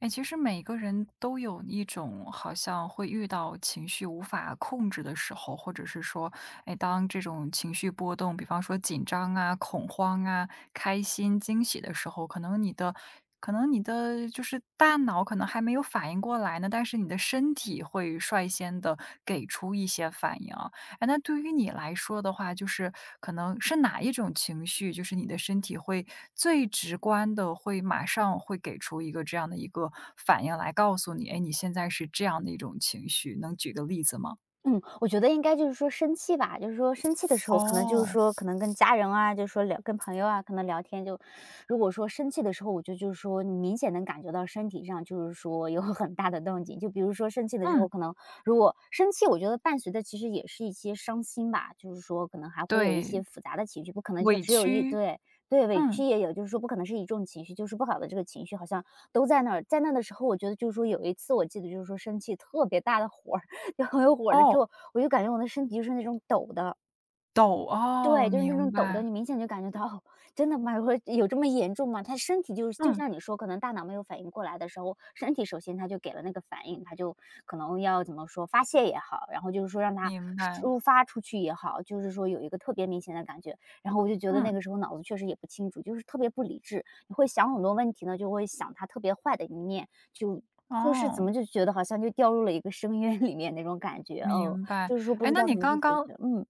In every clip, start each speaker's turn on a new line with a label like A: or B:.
A: 哎，其实每个人都有一种好像会遇到情绪无法控制的时候，或者是说，哎，当这种情绪波动，比方说紧张啊、恐慌啊、开心、惊喜的时候，可能你的就是大脑可能还没有反应过来呢，但是你的身体会率先的给出一些反应啊。哎，那对于你来说的话，就是可能是哪一种情绪，就是你的身体会最直观的，会马上会给出一个这样的一个反应来告诉你，哎，你现在是这样的一种情绪，能举个例子吗？
B: 嗯，我觉得应该生气吧，生气的时候，可能
A: 哦。
B: 可能跟家人啊，聊跟朋友啊，可能聊天就，如果说生气的时候，我觉得你明显能感觉到身体上有很大的动静，就比如说生气的时
A: 嗯，
B: 候，可能如果生气，我觉得伴随的其实也是一些伤心吧，可能还会有一
A: 对，
B: 些复杂的情绪，不可能就
A: 委
B: 只有一
A: 屈，
B: 对对委屈
A: 嗯，
B: 也有，不可能是一种情绪，就是不好的这个情绪好像都在那儿，在那的时候，我觉得有一次我记得生气特别大的火，然后又火了之
A: 哦，
B: 后，我就感觉我的身体就是那种抖的，
A: 抖，哦，
B: 对，就是那
A: 明
B: 种抖的，
A: 白，
B: 你明显就感觉到，哦真的吗？会有这么严重吗？他身体就是就
A: 嗯，
B: 像你说，可能大脑没有反应过来的时候，身体首先他就给了那个反应，他就可能要怎么说，发泄也好，然后让它
A: 明白，
B: 抒发出去也好，有一个特别明显的感觉。然后我就觉得那
A: 嗯，
B: 个时候脑子确实也不清楚，就是特别不理智，你会想很多问题呢，就会想他特别坏的一面，就是怎
A: 哦，
B: 么就觉得好像就掉入了一个深渊里面那种感觉，哦，
A: 明白。
B: 不
A: 哎，
B: 知
A: 那
B: 道
A: 你
B: 怎么去
A: 刚
B: 解
A: 刚
B: 决，嗯。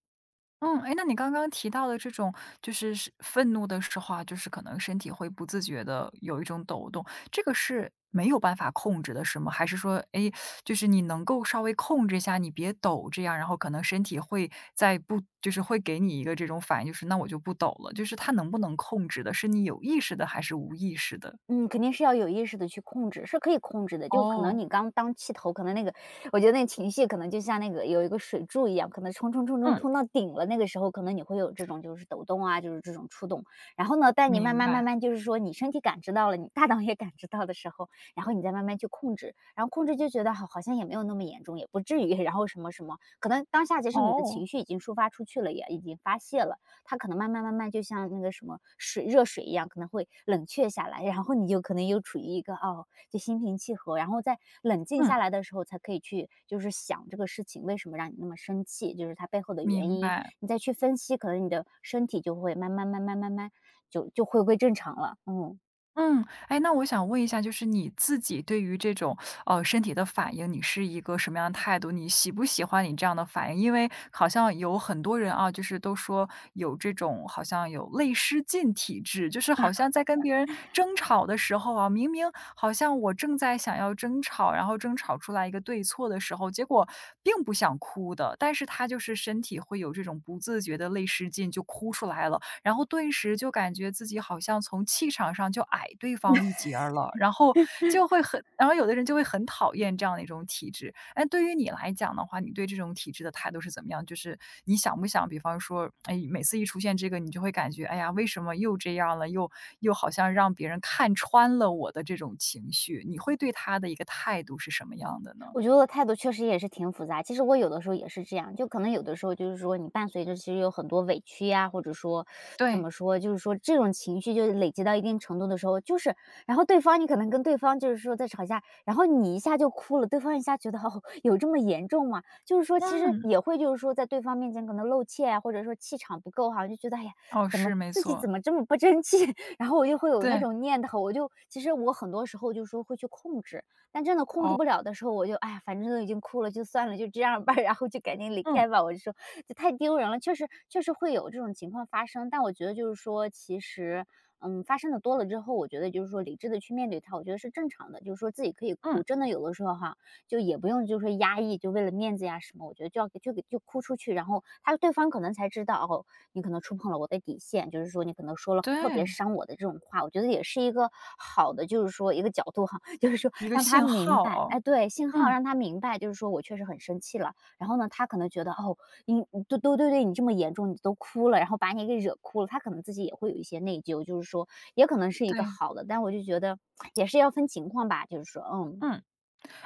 A: 嗯，哎，那你刚刚提到的这种就是是愤怒的时候啊，就是可能身体会不自觉的有一种抖动，这个是没有办法控制的是吗？还是说，哎，就是你能够稍微控制一下，你别抖这样，然后可能身体会在不就是会给你一个这种反应，就是那我就不抖了，就是它能不能控制的，是你有意识的还是无意识的？
B: 嗯，肯定是要有意识的去控制，是可以控制的。就可能
A: 哦，
B: 你刚当气头，可能那个我觉得那个情绪可能就像那个有一个水柱一样，可能冲冲冲冲
A: 嗯，
B: 冲到顶了，那个时候可能你会有这种就是抖动啊，就是这种触动。然后呢，但你慢
A: 明
B: 慢
A: 白，
B: 慢慢你身体感知到了，你大脑也感知到的时候，然后你再慢慢去控制，然后控制就觉得好好像也没有那么严重，也不至于，然后什么什么，可能当下其实你的
A: 哦，
B: 情绪已经抒发出去了，也已经发泄了，它可能慢慢慢慢就像那个什么水热水一样，可能会冷却下来，然后你就可能又处于一个哦，就心平气和，然后在冷静
A: 嗯，
B: 下来的时候才可以去就是想这个事情为什么让你那么生气，就是它背后的原
A: 明
B: 因，
A: 白。
B: 你再去分析，可能你的身体就会慢慢慢慢慢慢就回归正常了，嗯。
A: 嗯，哎，那我想问一下，就是你自己对于这种身体的反应，你是一个什么样的态度？你喜不喜欢你这样的反应？因为好像有很多人啊，就是都说有这种好像有泪失禁体质，就是好像在跟别人争吵的时候啊，明明好像我正在想要争吵，然后争吵出来一个对错的时候，结果并不想哭的，但是他就是身体会有这种不自觉的泪失禁，就哭出来了。然后顿时就感觉自己好像从气场上就矮对方一截儿了，然后就会很然后有的人就会很讨厌这样的一种体质。哎，对于你来讲的话，你对这种体质的态度是怎么样？就是你想不想，比方说，哎，每次一出现这个，你就会感觉，哎呀，为什么又这样了？又又好像让别人看穿了我的这种情绪，你会对他的一个态度是什么样的呢？
B: 我觉得我的态度确实也是挺复杂。其实我有的时候也是这样，就可能有的时候你伴随着其实有很多委屈呀，或者说怎
A: 对，
B: 么说，这种情绪就累积到一定程度的时候，就是然后对方你可能跟对方在吵架，然后你一下就哭了，对方一下觉得哦有这么严重吗？其实
A: 嗯，
B: 也会在对方面前可能露怯啊，或者说气场不够哈、就觉得哎呀
A: 哦，
B: 我们
A: 是没
B: 自己怎
A: 错，
B: 么这么不争气，然后我就会有那
A: 对，
B: 种念头，我就其实我很多时候会去控制。但真的控制
A: 哦，
B: 不了的时候，我就，哎呀，反正都已经哭了，就算了，就这样吧，然后就赶紧离
A: 嗯
B: 开吧。我就说这太丢人了，确实会有这种情况发生。但我觉得，其实，嗯，发生的多了之后，我觉得理智的去面对它，我觉得是正常的。自己可以哭，
A: 嗯，
B: 真的有的时候哈，就也不用压抑，就为了面子呀什么，我觉得就要就给就哭出去，然后他对方可能才知道哦，你可能触碰了我的底线，你可能说了特别
A: 对，
B: 伤我的这种话，我觉得也是一个好的，一个角度哈，
A: 一个
B: 让他
A: 信
B: 明
A: 号
B: 白，
A: 哦。
B: 哎，对，信号
A: 嗯，
B: 让他明白，我确实很生气了，然后呢，他可能觉得哦，你都对你这么严重，你都哭了，然后把你给惹哭了，他可能自己也会有一些内疚，也可能是一个
A: 对，
B: 好的，但我就觉得也是要分情况吧，嗯，
A: 嗯。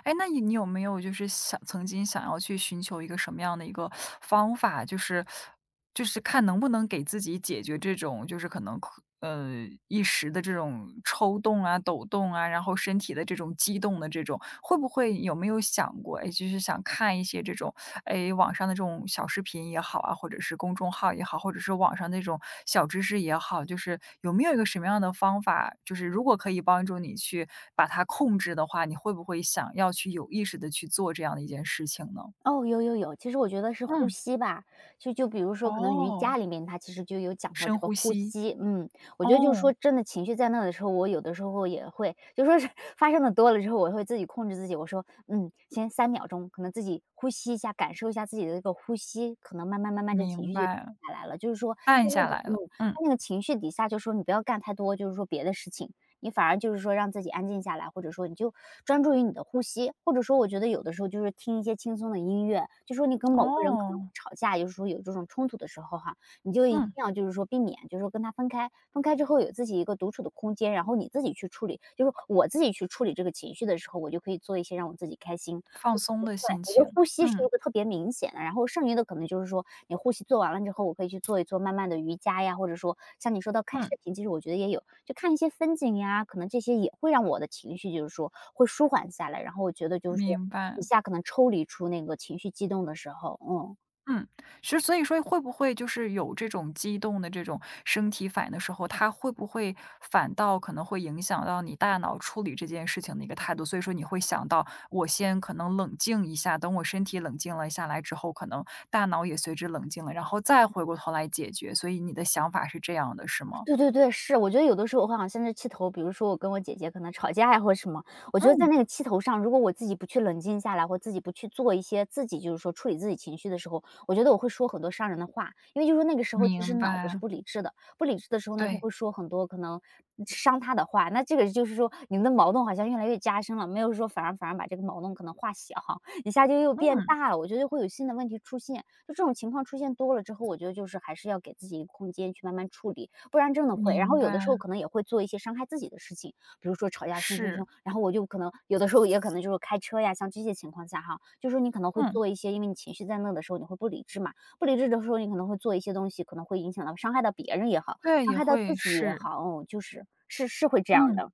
A: 哎，那你有没有就是想曾经想要去寻求一个什么样的一个方法，就是看能不能给自己解决这种就是可能一时的这种抽动啊、抖动啊，然后身体的这种激动的这种，会不会有没有想过，哎，就是想看一些这种网上的这种小视频也好啊，或者是公众号也好，或者是网上那种小知识也好，就是有没有一个什么样的方法，就是如果可以帮助你去把它控制的话，你会不会想要去有意识的去做这样的一件事情呢？
B: 哦，有，其实我觉得是呼
A: 嗯，
B: 吸吧，就比如说可能瑜
A: 哦，
B: 伽里面它其实就有讲过
A: 深
B: 这个
A: 呼
B: 呼
A: 吸，
B: 吸，嗯，我觉得
A: 哦，
B: 真的情绪在那的时候，我有的时候也会，就说是 发生的多了之后，我会自己控制自己，我说，嗯，先三秒钟，可能自己呼吸一下，感受一下自己的这个呼吸，可能慢慢慢慢这情
A: 明
B: 绪就
A: 白，
B: 下来了，在
A: 按
B: 那
A: 下
B: 个
A: 来
B: 嗯，
A: 了，嗯，
B: 在那个情绪底下，就说你不要干太多，别的事情，你反而让自己安静下来，或者说你就专注于你的呼吸，或者说我觉得有的时候就是听一些轻松的音乐，就说你跟某个人可能会
A: 哦，
B: 吵架，有时候有这种冲突的时候哈，你就一定
A: 嗯，
B: 要避免，跟他分开，分开之后有自己一个独处的空间，然后你自己去处理，就是我自己去处理这个情绪的时候，我就可以做一些让我自己开心，
A: 放
B: 对，
A: 松的心
B: 我觉得
A: 情，
B: 呼吸是一
A: 嗯，
B: 个特别明显的，然后剩余的可能，你呼吸做完了之后，我可以去做一做慢慢的瑜伽呀，或者说像你说到看视
A: 嗯，
B: 频，其实我觉得也有，就看一些风景呀，可能这些也会让我的情绪会舒缓下来，然后我觉得就是
A: 明
B: 一
A: 白。
B: 下可能抽离出那个情绪激动的时候，嗯。
A: 嗯，其实所以说会不会就是有这种激动的这种身体反应的时候，它会不会反倒可能会影响到你大脑处理这件事情的一个态度？所以说你会想到，我先可能冷静一下，等我身体冷静了下来之后，可能大脑也随之冷静了，然后再回过头来解决。所以你的想法是这样的，是吗？
B: 对对对，是，我觉得有的时候我会好像甚至气头，比如说我跟我姐姐可能吵架呀或者什么，我觉得在
A: 嗯，
B: 那个气头上，如果我自己不去冷静下来，或自己不去做一些自己处理自己情绪的时候，我觉得我会说很多伤人的话，因为那个时候其实
A: 明
B: 脑子是
A: 白，
B: 不理智的，不理智的时候呢，就
A: 对，
B: 会说很多可能伤他的话，那这个你们的矛盾好像越来越加深了，没有说反而把这个矛盾可能化小，一下就又变
A: 嗯，
B: 大了，我觉得会有新的问题出现，就这种情况出现多了之后，我觉得就是还是要给自己一个空间去慢慢处理，不然真的会。然
A: 明
B: 后有的
A: 白，
B: 时候可能也会做一些伤害自己的事情，比如说吵架凶凶
A: 是，
B: 凶，然后我就可能有的时候也可能就是开车呀，像这些情况下哈，就是你可能会
A: 嗯，
B: 做一些，因为你情绪在那的时候你会不理智嘛，不理智的时候你可能会做一些东西，可能会影响到伤害到别人也好，
A: 对，
B: 伤
A: 也
B: 害到自
A: 会
B: 己也
A: 是，
B: 好，哦，就是会这样
A: 嗯。
B: 的。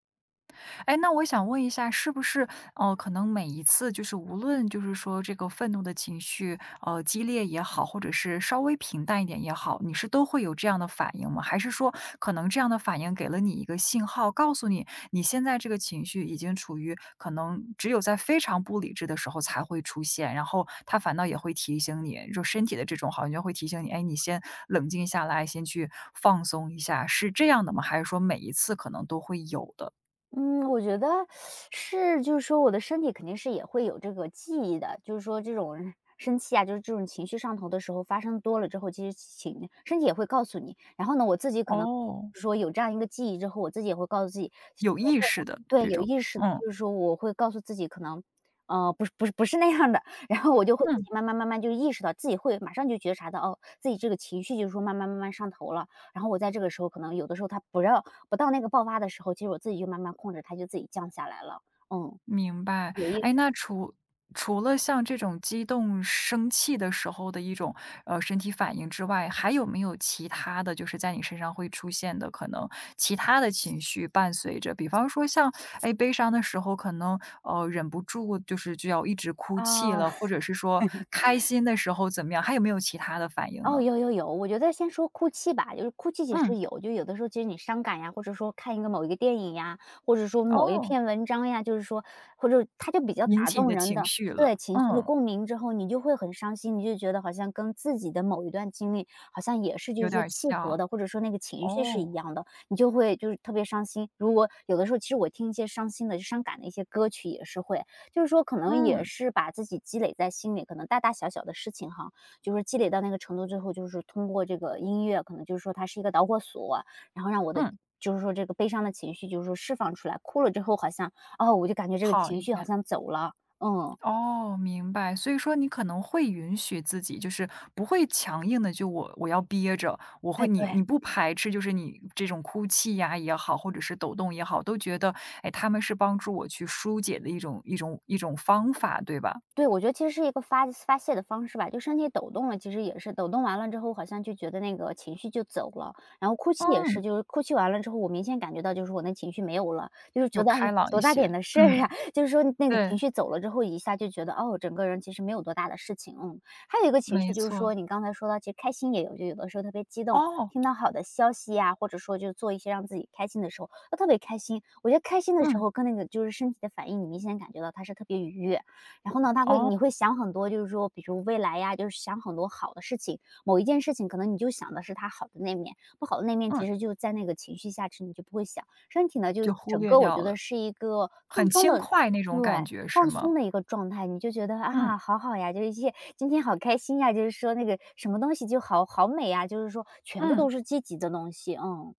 A: 哎，那我想问一下，是不是可能每一次就是无论就是说这个愤怒的情绪，激烈也好，或者是稍微平淡一点也好，你是都会有这样的反应吗？还是说可能这样的反应给了你一个信号，告诉你你现在这个情绪已经处于可能只有在非常不理智的时候才会出现，然后它反倒也会提醒你，就身体的这种好像就会提醒你，哎，你先冷静下来，先去放松一下，是这样的吗？还是说每一次可能都会有的？
B: 嗯，我觉得是，就是说我的身体肯定是也会有这个记忆的，就是说这种生气啊，就是这种情绪上头的时候发生多了之后，其实情身体也会告诉你。然后呢，我自己可能
A: 哦。
B: 说有这样一个记忆之后，我自己也会告诉自己，
A: 有
B: 没
A: 意
B: 错的。
A: 识的
B: 对，
A: 这
B: 有
A: 种，
B: 意识的，
A: 嗯，
B: 就是说我会告诉自己可能，不是那样的，然后我就会自
A: 嗯。
B: 己慢慢慢慢就意识到，自己会马上就觉察到，哦，自己这个情绪就是说慢慢慢慢上头了。然后我在这个时候可能有的时候他不让不到那个爆发的时候，其实我自己就慢慢控制它就自己降下来了。嗯，
A: 明白。
B: 有意
A: 哎，
B: 识。
A: 那除了像这种激动、生气的时候的一种，身体反应之外，还有没有其他的就是在你身上会出现的可能其他的情绪伴随着？比方说像，哎，悲伤的时候可能，忍不住就是就要一直哭泣
B: 哦，
A: 了，
B: 啊。
A: 或者是说开心的时候怎么样，还有没有其他的反应呢？
B: 哦，有有有，我觉得先说哭泣吧，就是哭泣其
A: 嗯，
B: 实有，就有的时候其实你伤感呀，或者说看一个某一个电影呀，或者说某一
A: 哦，
B: 篇文章呀，就是说或者它就比较
A: 引
B: 打
A: 起你
B: 动
A: 的
B: 人
A: 情
B: 的。
A: 绪
B: 对，
A: 了，
B: 情绪的
A: 嗯，
B: 共鸣之后，你就会很伤心，你就觉得好像跟自己的某一段经历好像也是就
A: 有
B: 是
A: 点
B: 说
A: 儿
B: 契合
A: 像。
B: 的，或者说那个情绪是一
A: 哦，
B: 样的，你就会就是特别伤心。如果有的时候其实我听一些伤心的、伤感的一些歌曲也是会，就是说可能也
A: 嗯，
B: 是把自己积累在心里，可能大大小小的事情哈，就是积累到那个程度之后，就是通过这个音乐，可能就是说它是一个导火索，然后让我的
A: 嗯，
B: 就是说这个悲伤的情绪就是说释放出来。哭了之后好像，哦，我就感觉这个
A: 好
B: 情
A: 一
B: 绪好
A: 点。
B: 像走了。嗯，
A: 哦，明白。所以说你可能会允许自己，就是不会强硬的，就我要憋着，
B: 哎，
A: 你
B: 对。
A: 你不排斥，就是你这种哭泣呀也好，或者是抖动也好，都觉得，哎，他们是帮助我去疏解的一种方法，对吧？
B: 对，我觉得其实是一个发发泄的方式吧，就身体抖动了，其实也是抖动完了之后，好像就觉得那个情绪就走了。然后哭泣也是，
A: 嗯，
B: 就是哭泣完了之后，我明显感觉到就是我那情绪没有了，就是
A: 有
B: 觉得哎
A: 开
B: 呦
A: 朗一
B: 多大
A: 些。
B: 点的事儿
A: 嗯，
B: 呀，就是说那个情
A: 对，
B: 绪走了之后，一下就觉得哦，整个人其实没有多大的事情。嗯，还有一个情
A: 没
B: 绪就是
A: 错。
B: 说，你刚才说到，其实开心也有，就有的时候特别激动，
A: 哦，
B: 听到好的消息呀、或者说就做一些让自己开心的时候，都特别开心。我觉得开心的时
A: 嗯，
B: 候跟那个就是身体的反应，你明显感觉到它是特别愉悦。然后呢，他会
A: 哦，
B: 你会想很多，就是说，比如未来呀，就是想很多好的事情。某一件事情，可能你就想的是它好的那面，不好的那面，
A: 嗯，
B: 其实就在那个情绪下去，你就不会想。身体呢，就
A: 就忽
B: 整
A: 略
B: 个我
A: 掉
B: 觉得
A: 了，
B: 是一个放
A: 很
B: 松
A: 轻
B: 的。
A: 快那
B: 对，
A: 种感觉是
B: 放
A: 吗？
B: 松的一个状态，你就觉得
A: 嗯，
B: 啊，好好呀，就是一些今天好开心呀，就是说那个什么东西就好好美呀，就是说全部
A: 嗯。
B: 都是积极的东西。嗯，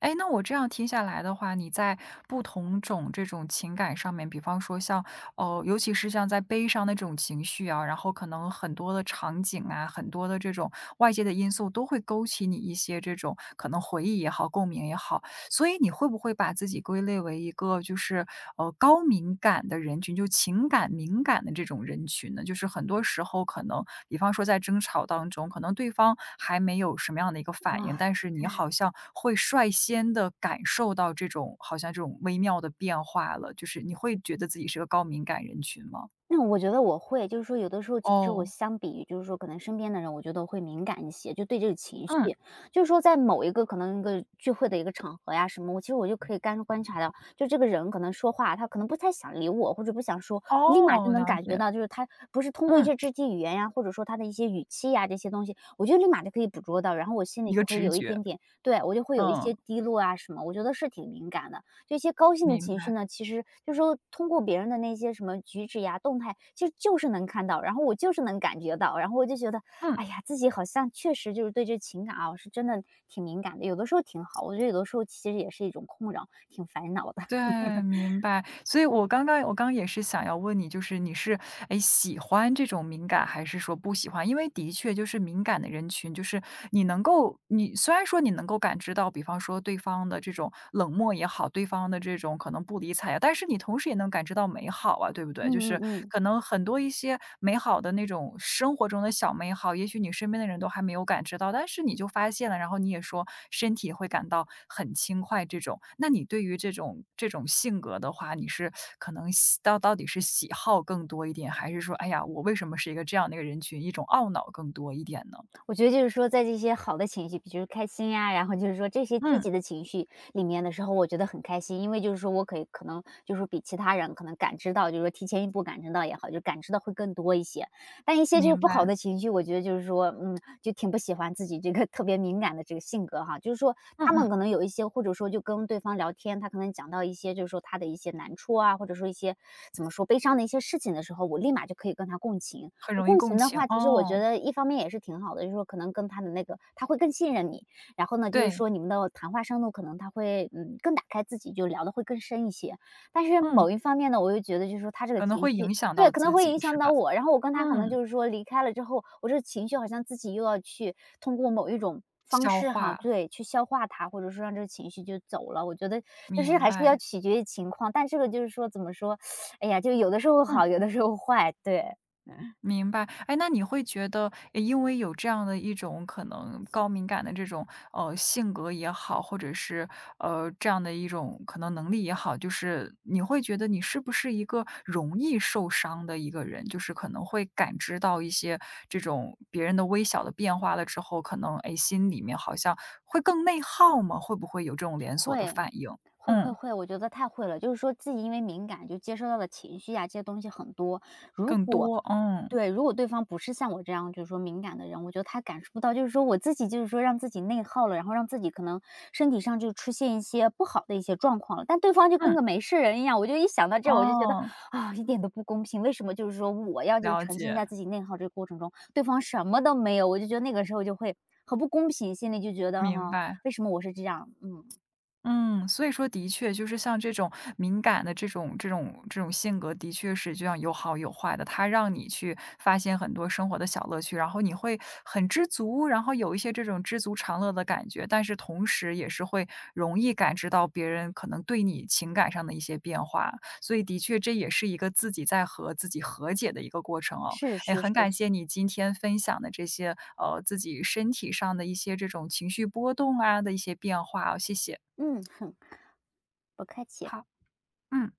A: 哎，那我这样听下来的话，你在不同种这种情感上面，比方说像，尤其是像在悲伤的这种情绪啊，然后可能很多的场景啊，很多的这种外界的因素都会勾起你一些这种可能回忆也好、共鸣也好。所以你会不会把自己归类为一个就是，高敏感的人群，就情感敏感的这种人群呢？就是很多时候可能，比方说在争吵当中，可能对方还没有什么样的一个反应，
B: 哇。
A: 但是你好像会率先的感受到这种好像这种微妙的变化了，就是你会觉得自己是个高敏感人群吗？
B: 那我觉得我会，就是说有的时候，其实我
A: 哦，
B: 相比于就是说可能身边的人，我觉得我会敏感一些，就对这个情绪，
A: 嗯，
B: 就是说在某一个可能一个聚会的一个场合呀什么，我其实我就可以干观察到，就这个人可能说话，他可能不太想理我，或者不想说，立马就
A: 哦，
B: 能
A: 了
B: 感觉
A: 解，
B: 到，就是他不是通过一
A: 嗯，
B: 些肢体语言呀，或者说他的一些语气呀这些东西，我觉得立马就可以捕捉到，然后我心
A: 一
B: 里
A: 个
B: 就会
A: 直
B: 有一
A: 觉，
B: 点点，对我就会有一
A: 嗯，
B: 些低落啊什么，我觉得是挺敏感的。这些高兴的
A: 明
B: 情绪
A: 白，
B: 呢，其实就是说通过别人的那些什么举止呀、动态，其实就是能看到，然后我就是能感觉到，然后我就觉得，
A: 嗯。
B: 哎呀，自己好像确实就是对这情感啊，我是真的挺敏感的，有的时候挺好，我觉得有的时候其实也是一种困扰，挺烦恼的。
A: 对，明白。所以我刚也是想要问你，就是你是，哎喜欢这种敏感还是说不喜欢？因为的确就是敏感的人群，就是你能够你虽然说你能够感知到，比方说对方的这种冷漠也好，对方的这种可能不理睬啊，但是你同时也能感知到美好啊，对不对？
B: 嗯
A: 就是
B: 嗯嗯。
A: 可能嗯，很多一些美好的那种生活中的小美好，也许你身边的人都还没有感知到，但是你就发现了，然后你也说身体会感到很轻快这种。那你对于这种这种性格的话，你是可能到底是喜好更多一点，还是说，哎呀，我为什么是一个这样的一个人群，一种懊恼更多一点呢？
B: 我觉得就是说，在这些好的情绪，比如开心呀，然后就是说这些积
A: 嗯，
B: 极的情绪里面的时候，我觉得很开心，因为就是说我可以可能就是比其他人可能感知到，就是说提前一步感知到也好，就感知到会更多一些。但一些就是
A: 明
B: 不
A: 白，
B: 好的情绪，我觉得就是说，嗯，就挺不喜欢自己这个 特别敏感的这个性格哈。就是说
A: 嗯
B: 他们
A: 嗯，
B: 可能有一些，或者说就跟对方聊天，他可能讲到一些就是说他的一些难处啊，或者说一些怎么说悲伤的一些事情的时候，我立马就可以跟他共情。
A: 很容易
B: 共
A: 共
B: 情的
A: 情
B: 话，其实我觉
A: 哦，
B: 得一方面也是挺好的，就是说可能跟他的那个他会更信任你，然后呢，就是
A: 对，
B: 说你们的谈话深度可能他会，嗯，更打开自己，就聊的会更深一些。但是
A: 嗯，
B: 某一方面呢，我又觉得就是说他这个
A: 可能
B: 情
A: 会
B: 绪
A: 影响到
B: 对，可能
A: 自
B: 会
A: 己
B: 影
A: 是
B: 响到
A: 吧？
B: 我，然后我跟他可能
A: 嗯，
B: 就是说离开了之后，我这个情绪好像自己又要去通过某一种方
A: 消
B: 式哈，
A: 化，
B: 对，去消化它，或者说让这个情绪就走了。我觉得但是
A: 明
B: 还是
A: 白，
B: 要取决于情况，但这个就是说怎么说，哎呀，就有的时候
A: 嗯。
B: 好，有的时候坏。对，
A: 明白，哎，那你会觉得，因为有这样的一种可能高敏感的这种性格也好，或者是这样的一种可能能力也好，就是你会觉得你是不是一个容易受伤的一个人？就是可能会感知到一些这种别人的微小的变化了之后，可能哎心里面好像会更内耗吗？会不会有这种连锁的
B: 会。
A: 反应？
B: 会会
A: 嗯，
B: 会，我觉得太会了。就是说自己因为敏感，就接收到的情绪啊，这些东西很多。如
A: 更
B: 果
A: 多，嗯
B: 对，如果对方不是像我这样，就是说敏感的人，我觉得他感受不到。就是说我自己，就是说让自己内耗了，然后让自己可能身体上就出现一些不好的一些状况了。但对方就跟
A: 嗯，
B: 个没事人一样，我就一想到这儿我就觉得
A: 哦，
B: 啊，一点都不公平。为什么就是说我要就是
A: 了
B: 沉浸
A: 解，
B: 在自己内耗这个过程中，对方什么都没有？我就觉得那个时候就会很不公平，心里就觉得
A: 明
B: 哈、
A: 白。
B: 为什么我是这样？嗯，
A: 嗯，所以说的确就是像这种敏感的这种性格，的确是就像有好有坏的。它让你去发现很多生活的小乐趣，然后你会很知足，然后有一些这种知足常乐的感觉。但是同时也是会容易感知到别人可能对你情感上的一些变化，所以的确这也是一个自己在和自己和解的一个过程哦。
B: 是
A: 哎，
B: 是
A: 很感
B: 是。
A: 谢你今天分享的这些自己身体上的一些这种情绪波动啊的一些变化哦，谢谢。
B: 嗯，哼，不客气。
A: 好，嗯。